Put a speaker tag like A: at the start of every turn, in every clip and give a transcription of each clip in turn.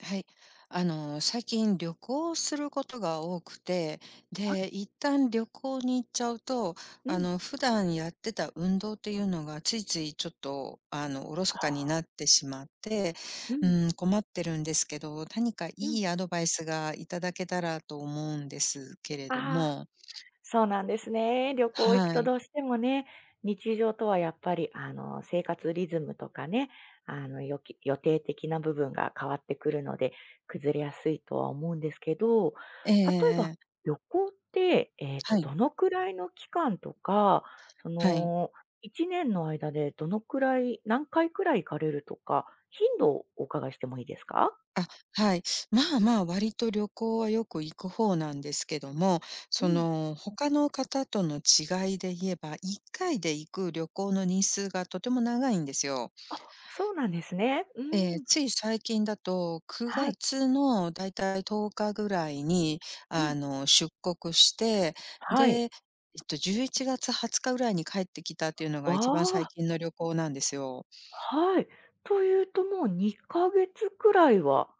A: はい。最近旅行することが多くて、
B: は
A: で、
B: い。
A: 一旦旅行に行っちゃうと、
B: うん。
A: 普段やってた運動っていうのがついついちょっと、おろ
B: あ
A: そかに
B: あ。
A: なってしまって、
B: うん。
A: うん、困ってるんですけど、何かい
B: うん。
A: いアドバイスがいただけたらと思うんですけれど
B: ああ、
A: も。
B: そうなんですね。旅行行く
A: は
B: と
A: い。
B: どうしてもね、日常とはやっぱり、生活リズムとかね、よき予定的な部分が変わってくるので、崩れやすいとは思うんですけど、
A: えええ
B: 例
A: え
B: えば
A: ええ。
B: 旅行って、
A: はい、
B: どのくらいの期間とか、そ
A: はい。
B: の、1年の間でどのくらい、何回くらい行かれるとか、頻度をお伺いしてもいいですか？
A: あ、はい。まあまあ、割と旅行はよく行く方なんですけども、
B: う
A: そ
B: ん、
A: の、他の方との違いで言えば、1回で行く旅行の日数がとても長いんですよ。
B: そうなんですね。うん。
A: つい最近だと、
B: は
A: 9
B: い。
A: 月のだいたい10日ぐらいに、
B: うん。
A: 出国して、で、
B: はい。
A: 11月20日ぐらいに帰ってきたっていうの
B: わ
A: が一番最
B: あ、
A: 近の旅行なんですよ。
B: はい。というと、もう2ヶ月くらいは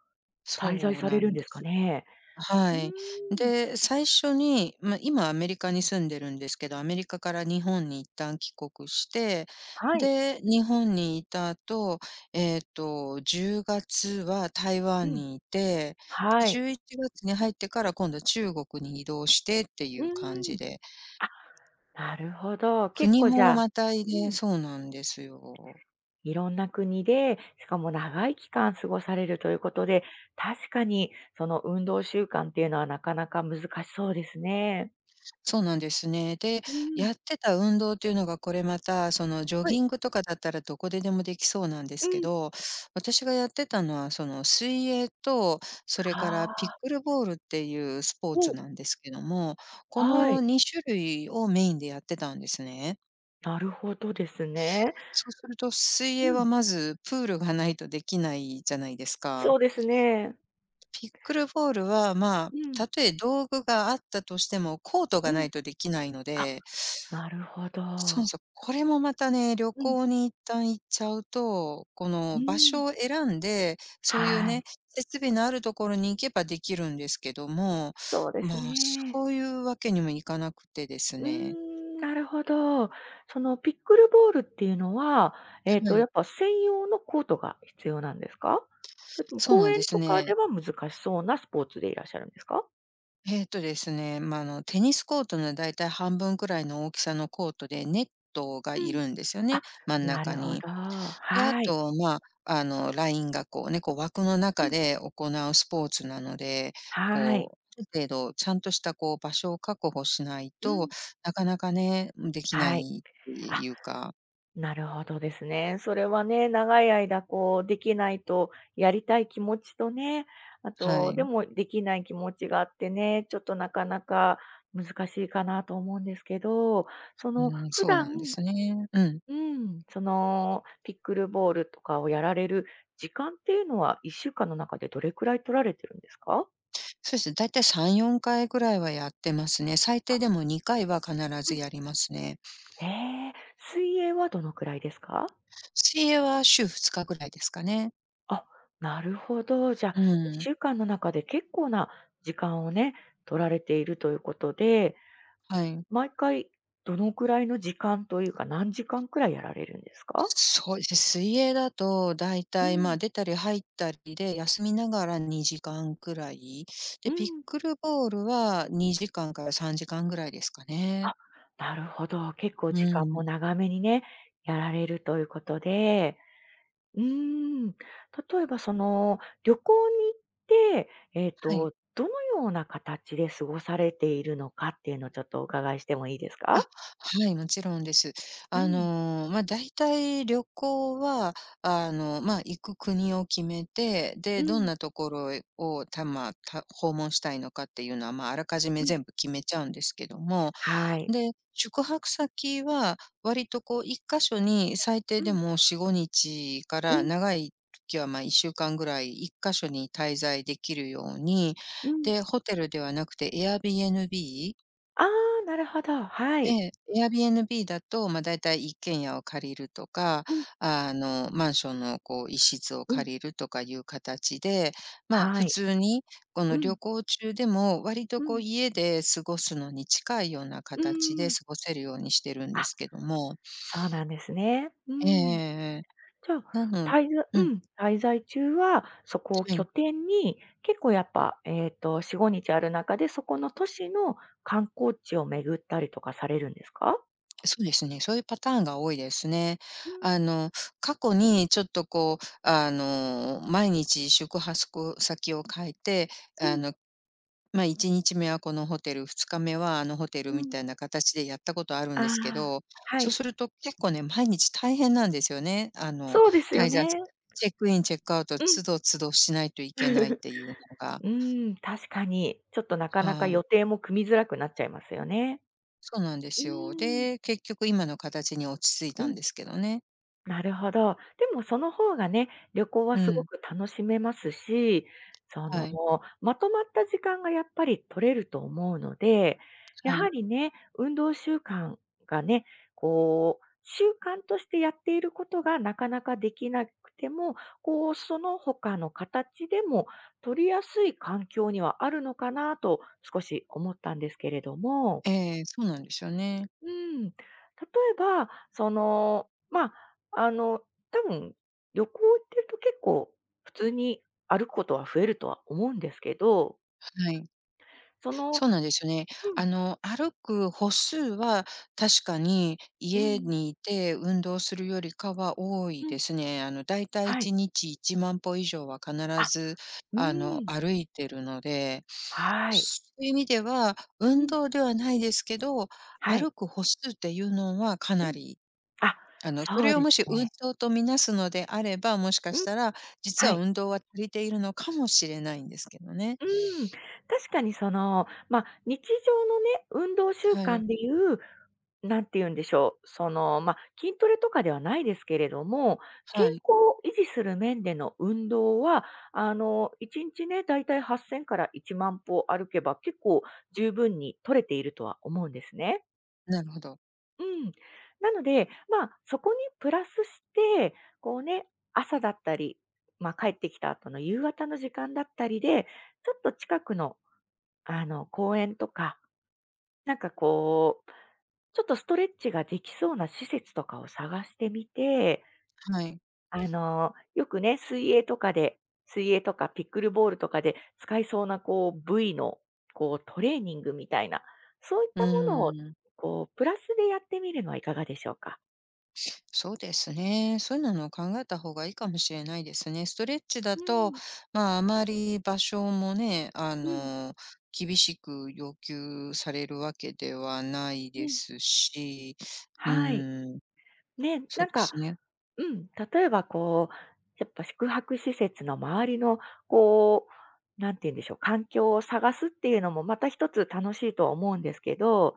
B: 滞在
A: そう
B: され
A: な
B: るん
A: ん
B: で
A: で
B: すか
A: す。
B: ね？う
A: は
B: ー
A: い。
B: ん。
A: で、最初に、まあ、今アメリカに住んでるんですけど、アメリカから日本に一旦帰国して、
B: はい。
A: で、日本にいた後、10月は台湾
B: うん。
A: にいて、で、
B: はい。
A: 11月に入ってから今度中国に移動してって
B: う
A: いう感
B: ー
A: じ
B: ん。
A: で、
B: あ、なるほど。結
A: 国
B: 構じ
A: も
B: ゃあ、
A: またいで
B: うん、
A: そうなんですよ。
B: いろんな国で、しかも長い期間過ごされるということで、確かにその運動習慣っていうのはなかなか難しそうですね。
A: そうなんですね。で、
B: うー
A: やっ
B: ん。
A: てた運動というのがこれまた、そのジョ
B: は
A: ギ
B: い。
A: ングとかだったらどこででもできそうなんで
B: う
A: すけ
B: ん。
A: ど、私がやってたのはその水泳と、それか
B: あ
A: らピッ
B: あ。
A: クルボールっていうスポー
B: お、
A: ツなんですけども、こ
B: は
A: の
B: い。
A: 2種類をメインでやってたんですね。
B: なるほどですね。
A: そうすると水
B: う
A: 泳
B: ん。
A: はまずプールがないとできないじゃないですか。
B: そうですね。
A: ピックルボールは、まあ、
B: うん、
A: たとえ道具があったとしても、コート
B: う
A: がな
B: ん。
A: いとできないの
B: あ、
A: で、
B: なるほ
A: そう
B: ど。
A: そう。これもまたね、旅
B: うん、
A: 行に一旦行っちゃうと、こ
B: う
A: の
B: ー
A: 場
B: ん。
A: 所を選んで、そういう
B: は
A: ね、
B: い、
A: 設備のあるところに行けばできるんですけども、
B: そうです
A: まあ、
B: ね。
A: そういうわけにもいかなくてです
B: うー
A: ね。
B: ん、なるほど。そのピックルボールっていうのは、
A: は
B: や
A: い。
B: っぱ専用のコートが必要なんですか？それとも
A: そう
B: 公
A: なん
B: 園
A: です
B: とかで
A: ね。
B: は難しそうなスポーツでいらっしゃるんですか？
A: まあ、テニスコートのだいたい半分くらいの大きさのコートで、ネットが
B: う
A: い
B: ん。
A: るんですよ
B: あ、
A: ね、真ん
B: な
A: 中
B: るほ
A: に。
B: ど。
A: で、あ
B: はい。
A: と、まあ、ラインがこうね、こう枠の
B: う
A: 中
B: ん。
A: で行うスポーツなので、
B: はい。
A: こう、ある程度ちゃんとしたこう場所を確保しない
B: う
A: と、
B: ん。
A: なかなかね、できな
B: はい。
A: いって
B: あ、
A: いうか、
B: なるほどですね。それはね、長い間こうできないと、やりたい気持ちとね、あ
A: は
B: と、で
A: い。
B: もできない気持ちがあってね、ちょっとなかなか難しいかなと思うんですけど、
A: うん、
B: 普
A: そう
B: 段、
A: なんですね。うん。
B: うん、そのピックルボールとかをやられる時間っていうのは1週間の中でどれくらい取られてるんですか？
A: そうですね、だいたい3、4回ぐらいはやってますね。最低でも2回は必
B: う
A: ず
B: ん。
A: やりますね。
B: へえ、水泳はどのくらいですか？
A: 水泳は週2日ぐらいですかね。
B: あ、なるほど。じゃあ、
A: う
B: 1
A: ん、
B: 週間の中で結構な時間をね、取られているということで、
A: はい。
B: 毎回どのくらいの時間というか、何時間くらいやられるんですか？
A: そうですね、水泳だとだい
B: う
A: たい、ま
B: ん、
A: あ、出たり入ったりで、休みながら2時間くらい。
B: う
A: で、ピッ
B: ん。
A: クルボールは2時間から3時間ぐらいですかね。
B: あ、なるほど。結構
A: う
B: 時間も
A: ん。
B: 長めにね、やられるということで、うーん、例えばその、旅行に行って、
A: はい。
B: どのような形で過ごされているのかっていうのをちょっとお伺いしてもいいですか？
A: あ、はい、もちろんです。
B: うん、
A: まあ、だいたい旅行は、まあ、行く国を決めて、
B: う
A: で、
B: ん、う
A: どん
B: ん。
A: なところを、たまあた訪問したいのかっていうのは、まあ、あらかじめ全部決めちゃうんですけども、
B: はい。
A: で、宿泊先は割とこう1箇所に最低
B: う
A: で
B: ん、
A: も4、5日か
B: う
A: ら
B: ん、
A: 長い時は、1週間ぐらい1箇所に滞在できるように、
B: うん。
A: で、ホテルではなくて Airbnb。
B: ああ、なるほど、は
A: え
B: い。
A: え、Airbnb だと、まあ、だいたい一軒家を借りるとか、
B: うん。
A: マンションのこう一室を
B: うん、
A: 借りるとかいう形で、まあ、
B: は
A: 普
B: い。
A: 通にこの
B: う
A: 旅
B: ん、
A: 行中でも割と
B: う
A: こ
B: ん、
A: う家で過ごすのに近いような
B: うー
A: 形で
B: ん。
A: 過ごせるようにしてるんで
B: あ、
A: すけども。
B: そうなんですね。うー
A: ええ
B: ん。
A: ええ。
B: じゃあ、
A: なのうん、
B: 滞在中はそこを
A: は
B: 拠
A: い。
B: 点に、結構やっぱ、4、5日ある中で、そこの都市の観光地を巡ったりとかされるんですか？
A: そうですね、そういうパターンが多いですね。
B: う
A: あ
B: ん、
A: の、過去にちょっとこう、毎日宿泊先を変えて、
B: う
A: あ
B: ん、
A: の、1日目はこのホテル、2日目はあのホテ
B: う
A: ルみ
B: ん。
A: たいな形でやったことあるん
B: あ
A: ですけ
B: あ、
A: ど、
B: は
A: そう
B: い。
A: すると結構ね、毎日大変なんですよね。
B: そうですよ
A: 滞在す
B: ね。
A: るチェックイン、チェックアウト、
B: うん。
A: 都度都度しないといけないっていうのが、
B: うーん、確かに。ちょっとなかなか
A: は
B: 予
A: い。
B: 定も組みづらくなっちゃいますよね。
A: そうなんで
B: う
A: すよ。
B: ーん。
A: で、結局今の形に落ち着いたんですけどね。
B: なるほど。でもその方がね、旅行は
A: う
B: すご
A: ん。
B: く楽しめますし、その、
A: はい、
B: まとまった時間がやっぱり取れると思うので、や
A: は
B: は
A: い。
B: りね、運動習慣がね、こう、習慣としてやっていることがなかなかできなくても、こう、その他の形でも取りやすい環境にはあるのかなと少し思ったんですけれども。
A: ええ、そうなんですよね。
B: うん。例えば、その、まあ、あの、多分、旅行行ってると結構普通に歩くことは増えるとは思うんですけど、
A: はい。
B: その
A: そうなんですよね。
B: うん
A: 歩く歩数は確かに
B: う
A: 家
B: ん、
A: にいて運動するよりかは多い
B: うん、
A: ですね。だいたい
B: はい。
A: 1日1万歩以上は必
B: あ、
A: ず、
B: うん、
A: 歩いてるので、
B: はい。
A: そういう意味では、
B: う
A: 運
B: ん、
A: 動ではないですけど、
B: はい。
A: 歩く歩数っていうのはか
B: う
A: な
B: ん。
A: り、
B: あ、
A: そ
B: そう
A: れを
B: で
A: も
B: す
A: し運
B: ね。
A: 動とみなすのであれば、もしか
B: う
A: し
B: ん、
A: たら、実
B: は
A: は
B: い。
A: 運動は足りているのかもしれないんですけどね。
B: うん、確かにその、まあ、日常のね、運動習
A: はい。
B: 慣でいう、なんて言うんでしょう、その、まあ、筋トレとかではないですけれども、健
A: はい。
B: 康を維持する面での運動は、1日ね、だいたい8000から1万歩歩けば、結構十分に取れているとは思うんですね。
A: なるほど。
B: うん。なので、まあ、そこにプラスして、こうね、朝だったり、まあ、帰ってきた後の夕方の時間だったりで、ちょっと近くの公園とか、なんかこう、ちょっとストレッチができそうな施設とかを探してみて、
A: はい。
B: よくね、水泳とかピックルボールとかで使いそうなこう部位のこうトレーニングみたいな、そういっ
A: うー
B: たものを
A: ん、
B: こうプラスでやってみるのはいかがでしょうか？
A: そうですね。そういうのを考えた方がいいかもしれないですね。ストレッチだ
B: う
A: と、
B: ん、
A: まあ、あまり場所もね、
B: うん、
A: 厳しく要求されるわけではない
B: う
A: で
B: ん。
A: すし、う
B: はい。
A: ーん、
B: ね、
A: そ
B: な
A: う
B: ん
A: で
B: か、
A: すね。
B: うん、例えばこう、やっぱ宿泊施設の周りの、こう、なんて言うんでしょう、環境を探すっていうのもまた一つ楽しいとは思うんですけど、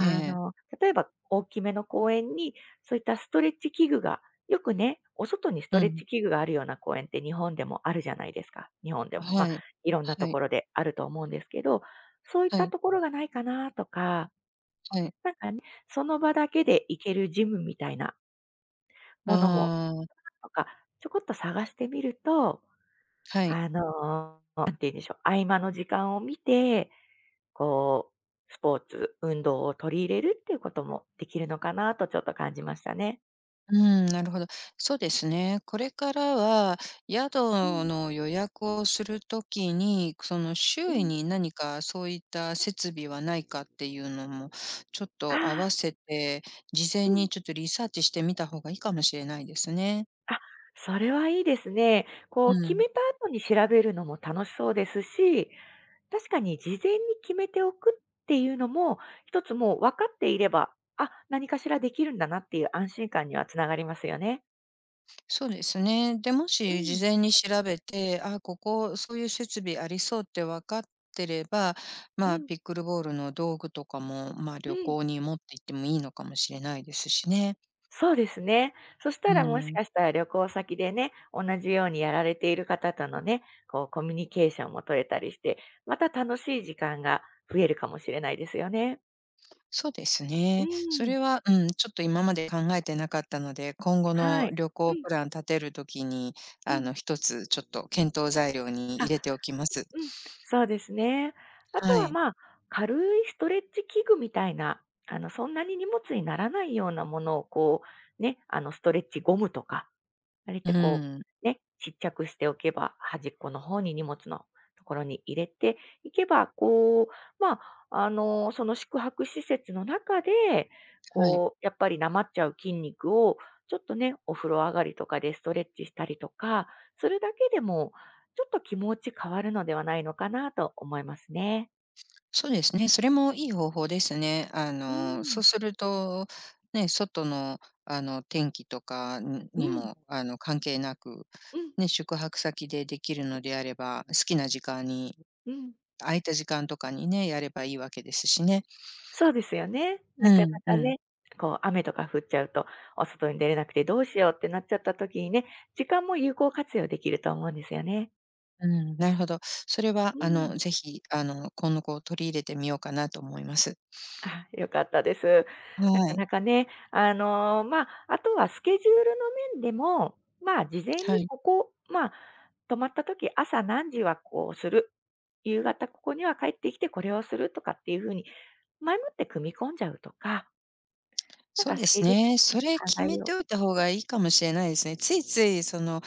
A: ええ、
B: の、例えば大きめの公園に、そういったストレッチ器具が、よくね、お外にスト
A: う
B: レッ
A: ん、
B: チ器具があるような公園って日本でもあるじゃないですか。日本でも、まあ、
A: はい。
B: いろんなと
A: はい、
B: ころであると思うんですけど、そういっ
A: は
B: た
A: い、
B: ところがないかなとか、
A: はい。
B: なんかその場だけで行けるジムみたいなものも
A: ああ、
B: とか、ちょこっと探してみると、
A: はい。
B: あの、いいでしょう、合間の時間を見て、こう、スポーツ、運動を取り入れるっていうこともできるのかなとちょっと感じましたね。
A: うん、なるほど。そうですね。これからは、宿
B: うん、
A: の予約をするときに、その
B: う
A: 周囲
B: ん。
A: に何かそういった設備はないかっていうのも、ちょっ
B: あ
A: と合わ
B: あ、
A: せて、事
B: う
A: 前
B: ん。
A: にちょっとリサーチしてみた方がいいかもしれないですね。
B: あ、それはいいですね。こう
A: う
B: 決
A: ん、
B: めた後に調べるのも楽しそうですし、確かに事前に決めておくっていうのも、一つもう分かっていれば、あ、何かしらできるんだなっていう安心感にはつながりますよね。
A: そうですね。で、も
B: う
A: し事
B: ん、
A: 前に調べて、あ、ここそういう設備ありそうって分かってれば、
B: う
A: まあ、
B: ん。
A: ピックルボールの道具とかも、まあ、
B: う
A: 旅
B: ん、
A: 行に持って行ってもいいのかもしれないですしね。
B: そうですね。そした
A: う
B: らもし
A: ん、
B: かしたら旅行先でね、同じようにやられている方とのね、こうコミュニケーションも取れたりして、また楽しい時間が増えるかもしれないですよね。
A: そうです
B: う
A: ね。そ
B: ん、
A: れは、うん、ちょっと今まで考えてなかったので、今後
B: は
A: の
B: い。
A: 旅
B: う
A: 行
B: ん、
A: プラン立てるときに、
B: うん。
A: 一つちょっと検討材料に入
B: あ、
A: れておきます。
B: うん、そうですね。あと
A: は
B: は
A: い。
B: まあ、軽いストレッチ器具みたいな、そんなに荷物にならないようなものをこう、ね、ストレッチゴムとか、あれっ
A: う
B: てこ
A: ん、
B: う、ね、ちっちゃくしておけば、端っこの方に荷物のところに入れていけば、こう、まあ、その宿泊施設の中で、
A: はい。
B: こう、やっぱりなまっちゃう筋肉を、ちょっとね、お風呂上がりとかでストレッチしたりとか、するだけでも、ちょっと気持ち変わるのではないのかなと思いますね。
A: そうですね、それもいい方法ですね。
B: う
A: そう
B: ん。
A: すると、ね、外の、天気とかに
B: う
A: に
B: ん。
A: も、関係なく、
B: うん。
A: ね、宿泊先でできるのであれば、好きな時間に、
B: うん。
A: 空いた時間とかにね、やればいいわけですしね。
B: そうですよね。
A: う
B: なかな
A: ん、う
B: か
A: ん、
B: ね、こう雨とか降っちゃうと、お外に出れなくてどうしようってなっちゃった時にね、時間も有効活用できると思うんですよね。
A: うん、なるほど。それは、
B: うん。
A: ぜひ、今後こう取り入れてみようかなと思います。
B: あ、良かったです。
A: は
B: なか
A: い。
B: なかね、ま、ああとはスケジュールの面でも、ま、あ事前
A: は
B: に
A: い。
B: ここ、ま、あ泊まった時、朝何時はこうする、夕方ここには帰ってきてこれをするとかっていう風に、前もって組み込んじゃうとか、なん
A: そう
B: か
A: で
B: ス
A: す
B: ケジュー
A: ね。それ
B: ル考
A: 決
B: え
A: め
B: よ
A: てお
B: う。
A: いた方がいいかもしれないですね。ついつい、その、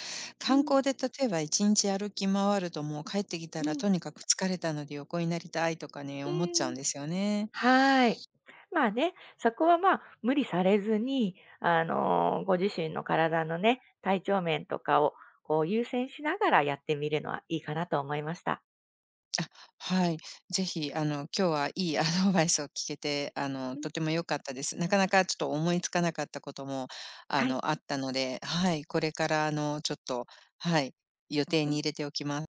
B: う
A: 観
B: ん、
A: 光で例えば1日歩き回るともう帰ってきた
B: う
A: ら
B: ん、
A: とにかく疲れたので横になりたいとかね、
B: う
A: 思っちゃう
B: ん。
A: んですよね。
B: はい。まあね、そこはまあ、無理されずに、ご自身の体のね、体調面とかを、こう、優先しながらやってみるのはいいかなと思いました。
A: あ、はい。ぜひ、今日はいいアドバイスを聞けて、
B: うん。
A: とても良かったです。なかなかちょっと思いつかなかったことも、
B: はい。
A: あったので、はい、これから、ちょっと、はい、予定に入れておきます。